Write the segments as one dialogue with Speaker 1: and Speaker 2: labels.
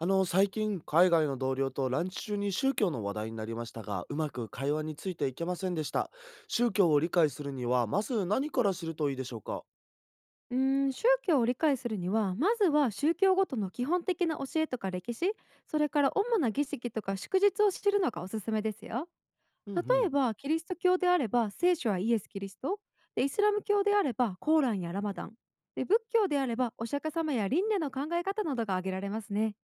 Speaker 1: 最近、海外の同僚とランチ中に宗教の話題になりましたが、うまく会話についていけませんでした。宗教を理解するには、まず何から知るといいでしょうか？
Speaker 2: 宗教を理解するには、まずは宗教ごとの基本的な教えとか歴史、それから主な儀式とか祝日を知るのがおすすめですよ。
Speaker 1: うんう
Speaker 2: 例え
Speaker 1: ん。
Speaker 2: ば、キリスト教であれば聖書はイエス・キリスト、でイスラム教であればコーランやラマダン、で仏教であればお釈迦様や輪廻の考え方などが挙げられますね。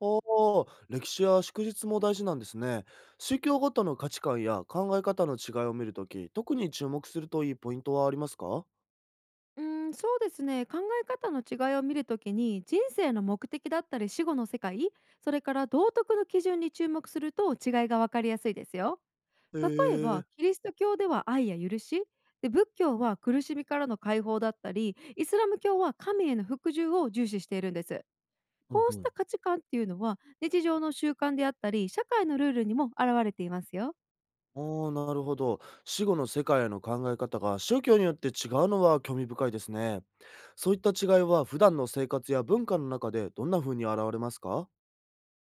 Speaker 1: ああ、歴史や祝日も大事なんですね。宗教ごとの価値観や考え方の違いを見るとき、特に注目するといいポイントはありますか？
Speaker 2: そうですね、考え方の違いを見るときに、人生の目的だったり死後の世界、それから道徳の基準に注目すると違いがわかりやすいですよ。
Speaker 1: へ
Speaker 2: 例えば、
Speaker 1: え。
Speaker 2: キリスト教では愛や許し、で仏教は苦しみからの解放だったり、イスラム教は神への服従を重視しているんです。
Speaker 1: うん
Speaker 2: こ
Speaker 1: う
Speaker 2: うし
Speaker 1: ん。
Speaker 2: た価値観っていうのは日常の習慣であったり、社会のルールにも現れていますよ。
Speaker 1: おあ、なるほど。死後の世界への考え方が宗教によって違うのは興味深いですね。そういった違いは普段の生活や文化の中でどんな風に現れますか？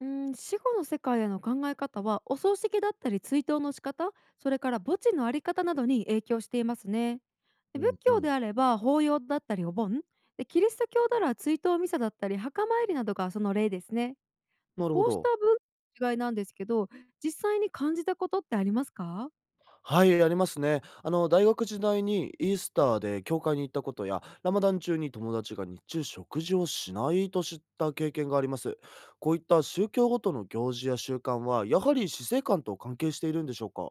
Speaker 2: うん、死後の世界への考え方はお葬式だったり追悼の仕方、それから墓地のあり方などに影響していますね。で
Speaker 1: う
Speaker 2: 仏
Speaker 1: んう
Speaker 2: 教で
Speaker 1: ん。
Speaker 2: あれば法要だったりお盆、でキリスト教なら追悼ミサだったり墓参りなどがその例ですね。
Speaker 1: なるほ
Speaker 2: こうした
Speaker 1: ど。
Speaker 2: 文化の違いなんですけど、実際に感じたことってありますか？
Speaker 1: はい、ありますね。大学時代にイースターで教会に行ったことや、ラマダン中に友達が日中食事をしないと知った経験があります。こういった宗教ごとの行事や習慣は、やはり死生観と関係しているんでしょうか？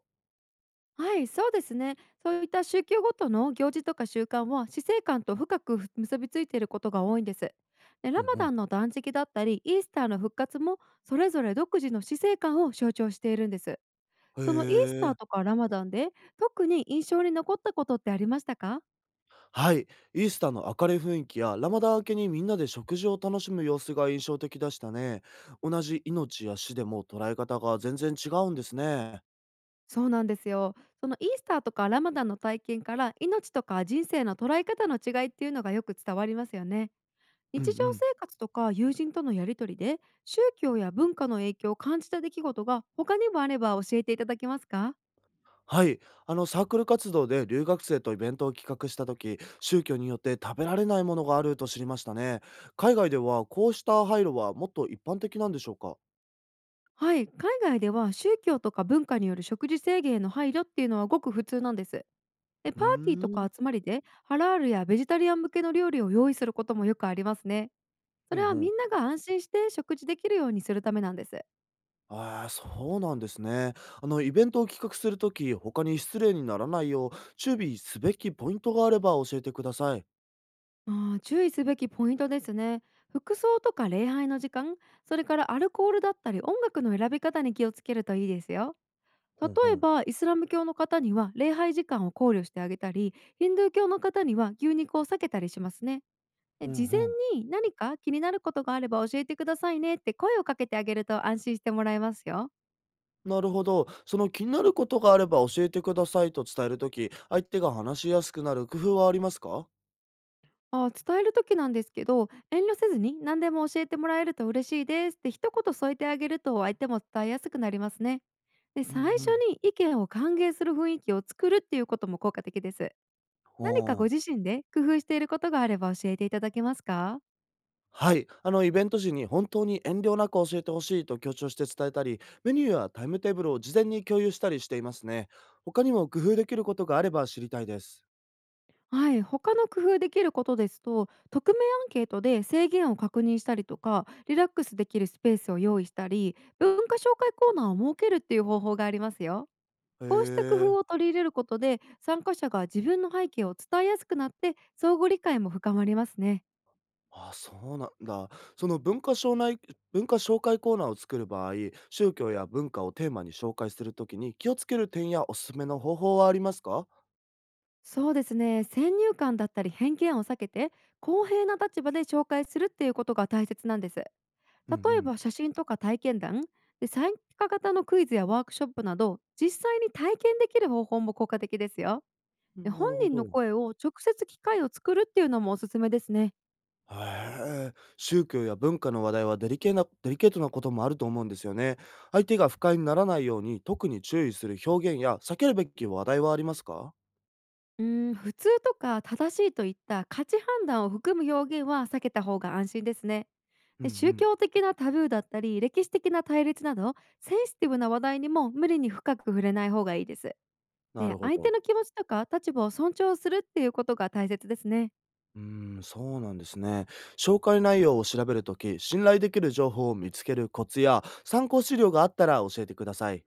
Speaker 2: はい、そうですね。そういった宗教ごとの行事とか習慣は、死生観と深く結びついていることが多いんです。で、
Speaker 1: う
Speaker 2: ラ
Speaker 1: ん
Speaker 2: マ
Speaker 1: う
Speaker 2: ダ
Speaker 1: ん。
Speaker 2: ンの断食だったり、イースターの復活も、それぞれ独自の死生観を象徴しているんです。
Speaker 1: へ
Speaker 2: そのイースタ
Speaker 1: え。
Speaker 2: ーとかラマダンで、特に印象に残ったことってありましたか？
Speaker 1: はい、イースターの明るい雰囲気やラマダー明けにみんなで食事を楽しむ様子が印象的でしたね。同じ命や死でも捉え方が全然違うんですね。
Speaker 2: そうなんですよ。そのイースターとかラマダンの体験から、命とか人生の捉え方の違いっていうのがよく伝わりますよね。
Speaker 1: うん
Speaker 2: 日
Speaker 1: う
Speaker 2: 常
Speaker 1: ん。
Speaker 2: 生活とか友人とのやり取りで、宗教や文化の影響を感じた出来事が他にもあれば教えていただけますか？
Speaker 1: はい、あのサークル活動で留学生とイベントを企画した時、宗教によって食べられないものがあると知りましたね。海外ではこうした配慮はもっと一般的なんでしょうか？
Speaker 2: はい、海外では宗教とか文化による食事制限への配慮っていうのはごく普通なんです。で
Speaker 1: うー
Speaker 2: パーティーとか
Speaker 1: ん。
Speaker 2: 集まりで、ハラールやベジタリアン向けの料理を用意することもよくありますね。そ
Speaker 1: う
Speaker 2: れ
Speaker 1: ん
Speaker 2: は、
Speaker 1: う
Speaker 2: み
Speaker 1: ん。
Speaker 2: んなが安心して食事できるようにするためなんです。
Speaker 1: ああ、そうなんですね。あの、イベントを企画するとき、他に失礼にならないよう、注意すべきポイントがあれば教えてください。
Speaker 2: あ注意すべきポイントですね。服装とか礼拝の時間、それからアルコールだったり音楽の選び方に気をつけるといいですよ。例
Speaker 1: ほんほ
Speaker 2: え
Speaker 1: ん。
Speaker 2: ば、イスラム教の方には礼拝時間を考慮してあげたり、ヒンドゥー教の方には牛肉を避けたりしますね。
Speaker 1: う
Speaker 2: で
Speaker 1: ん
Speaker 2: 事
Speaker 1: うん。
Speaker 2: 前に何か気になることがあれば教えてくださいねって声をかけてあげると、安心してもらえますよ。
Speaker 1: なるほど。その気になることがあれば教えてくださいと伝えるとき、相手が話しやすくなる工夫はありますか？
Speaker 2: 伝える時なんですけど、遠慮せずに何でも教えてもらえると嬉しいですって一言添えてあげると、相手も伝えやすくなりますね。で
Speaker 1: うんう
Speaker 2: 最初
Speaker 1: ん。
Speaker 2: に意見を歓迎する雰囲気を作るっていうことも効果的です。
Speaker 1: あ
Speaker 2: 何かご
Speaker 1: あ。
Speaker 2: 自身で工夫していることがあれば教えていただけますか？
Speaker 1: はい。あの、イベント時に本当に遠慮なく教えてほしいと強調して伝えたり、メニューやタイムテーブルを事前に共有したりしていますね。他にも工夫できることがあれば知りたいです。
Speaker 2: はい、他の工夫できることですと、匿名アンケートで制限を確認したりとか、リラックスできるスペースを用意したり、文化紹介コーナーを設けるっていう方法がありますよ。
Speaker 1: へ
Speaker 2: こうした工
Speaker 1: え。
Speaker 2: 夫を取り入れることで、参加者が自分の背景を伝えやすくなって、相互理解も深まりますね。
Speaker 1: ああ、そうなんだ。その文化紹内文化紹介コーナーを作る場合、宗教や文化をテーマに紹介するときに気をつける点やおすすめの方法はありますか？
Speaker 2: そうですね、先入観だったり偏見を避けて、公平な立場で紹介するっていうことが大切なんです。例
Speaker 1: う
Speaker 2: え
Speaker 1: ん
Speaker 2: ば写真とか体験談、で参加型のクイズやワークショップなど、実際に体験できる方法も効果的ですよ。
Speaker 1: う
Speaker 2: で
Speaker 1: ん。な
Speaker 2: 本
Speaker 1: るほ
Speaker 2: 人の
Speaker 1: ど。
Speaker 2: 声を直接機械を作るっていうのもおすすめですね。
Speaker 1: へえ。宗教や文化の話題はデリケートなこともあると思うんですよね。相手が不快にならないように特に注意する表現や避けるべき話題はありますか？
Speaker 2: 普通とか正しいといった価値判断を含む表現は避けた方が安心ですね。
Speaker 1: うん
Speaker 2: で
Speaker 1: う
Speaker 2: 宗
Speaker 1: ん。
Speaker 2: 教的なタブーだったり歴史的な対立など、センシティブな話題にも無理に深く触れない方がいいです。
Speaker 1: な
Speaker 2: で
Speaker 1: るほ
Speaker 2: 相手
Speaker 1: ど。
Speaker 2: の気持ちとか立場を尊重するっていうことが大切ですね。
Speaker 1: うーん、そうなんですね。紹介内容を調べるとき、信頼できる情報を見つけるコツや、参考資料があったら教えてください。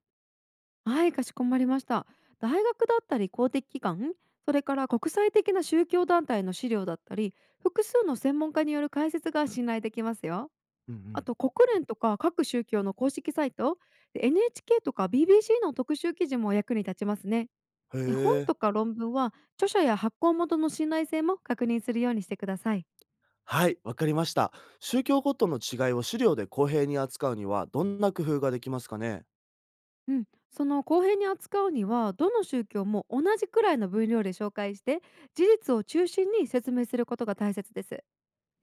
Speaker 2: はい、かしこまりました。大学だったり公的機関、それから国際的な宗教団体の資料だったり、複数の専門家による解説が信頼できますよ。
Speaker 1: うんう
Speaker 2: あ
Speaker 1: ん。
Speaker 2: と国連とか各宗教の公式サイト、で NHK とか BBC の特集記事も役に立ちますね。
Speaker 1: へ
Speaker 2: え本
Speaker 1: え。
Speaker 2: とか論文は、著者や発行元の信頼性も確認するようにしてください。
Speaker 1: はい、わかりました。宗教ごとの違いを資料で公平に扱うには、どんな工夫ができますかね？
Speaker 2: うん、その公平に扱うには、どの宗教も同じくらいの分量で紹介して、事実を中心に説明することが大切です。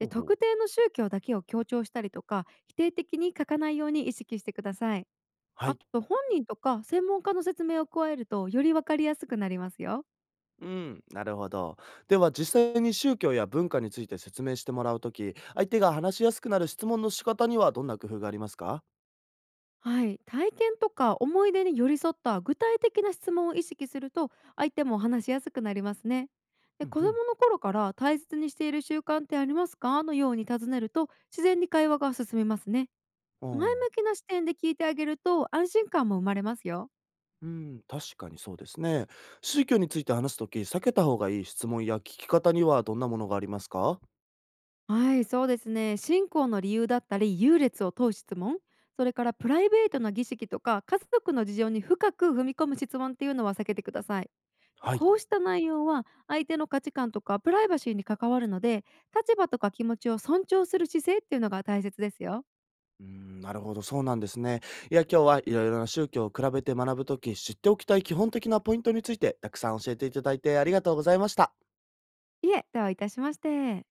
Speaker 1: ほうほう。
Speaker 2: 特定の宗教だけを強調したりとか、否定的に書かないように意識してください。
Speaker 1: は
Speaker 2: あ
Speaker 1: い。
Speaker 2: と本人とか専門家の説明を加えると、より分かりやすくなりますよ。
Speaker 1: うん、なるほど。では、実際に宗教や文化について説明してもらうとき、相手が話しやすくなる質問の仕方にはどんな工夫がありますか？
Speaker 2: はい、体験とか思い出に寄り添った具体的な質問を意識すると、相手も話しやすくなりますね。
Speaker 1: う
Speaker 2: で
Speaker 1: ん
Speaker 2: 子
Speaker 1: うん。
Speaker 2: 供の頃から大切にしている習慣ってありますかのように尋ねると、自然に会話が進みますね。
Speaker 1: う
Speaker 2: 前
Speaker 1: ん。
Speaker 2: 向きな視点で聞いてあげると安心感も生まれますよ。
Speaker 1: うん、確かにそうですね。宗教について話すとき、避けた方がいい質問や聞き方にはどんなものがありますか？
Speaker 2: はい、そうですね。信仰の理由だったり、優劣を問う質問、それからプライベートな儀式とか、家族の事情に深く踏み込む質問っていうのは避けてください。
Speaker 1: はい。
Speaker 2: こうした内容は相手の価値観とかプライバシーに関わるので、立場とか気持ちを尊重する姿勢っていうのが大切ですよ。
Speaker 1: うん、なるほど、そうなんですね。いや、今日はいろいろな宗教を比べて学ぶとき、知っておきたい基本的なポイントについて、たくさん教えていただいてありがとうございました。
Speaker 2: いえ、ではいたしまして。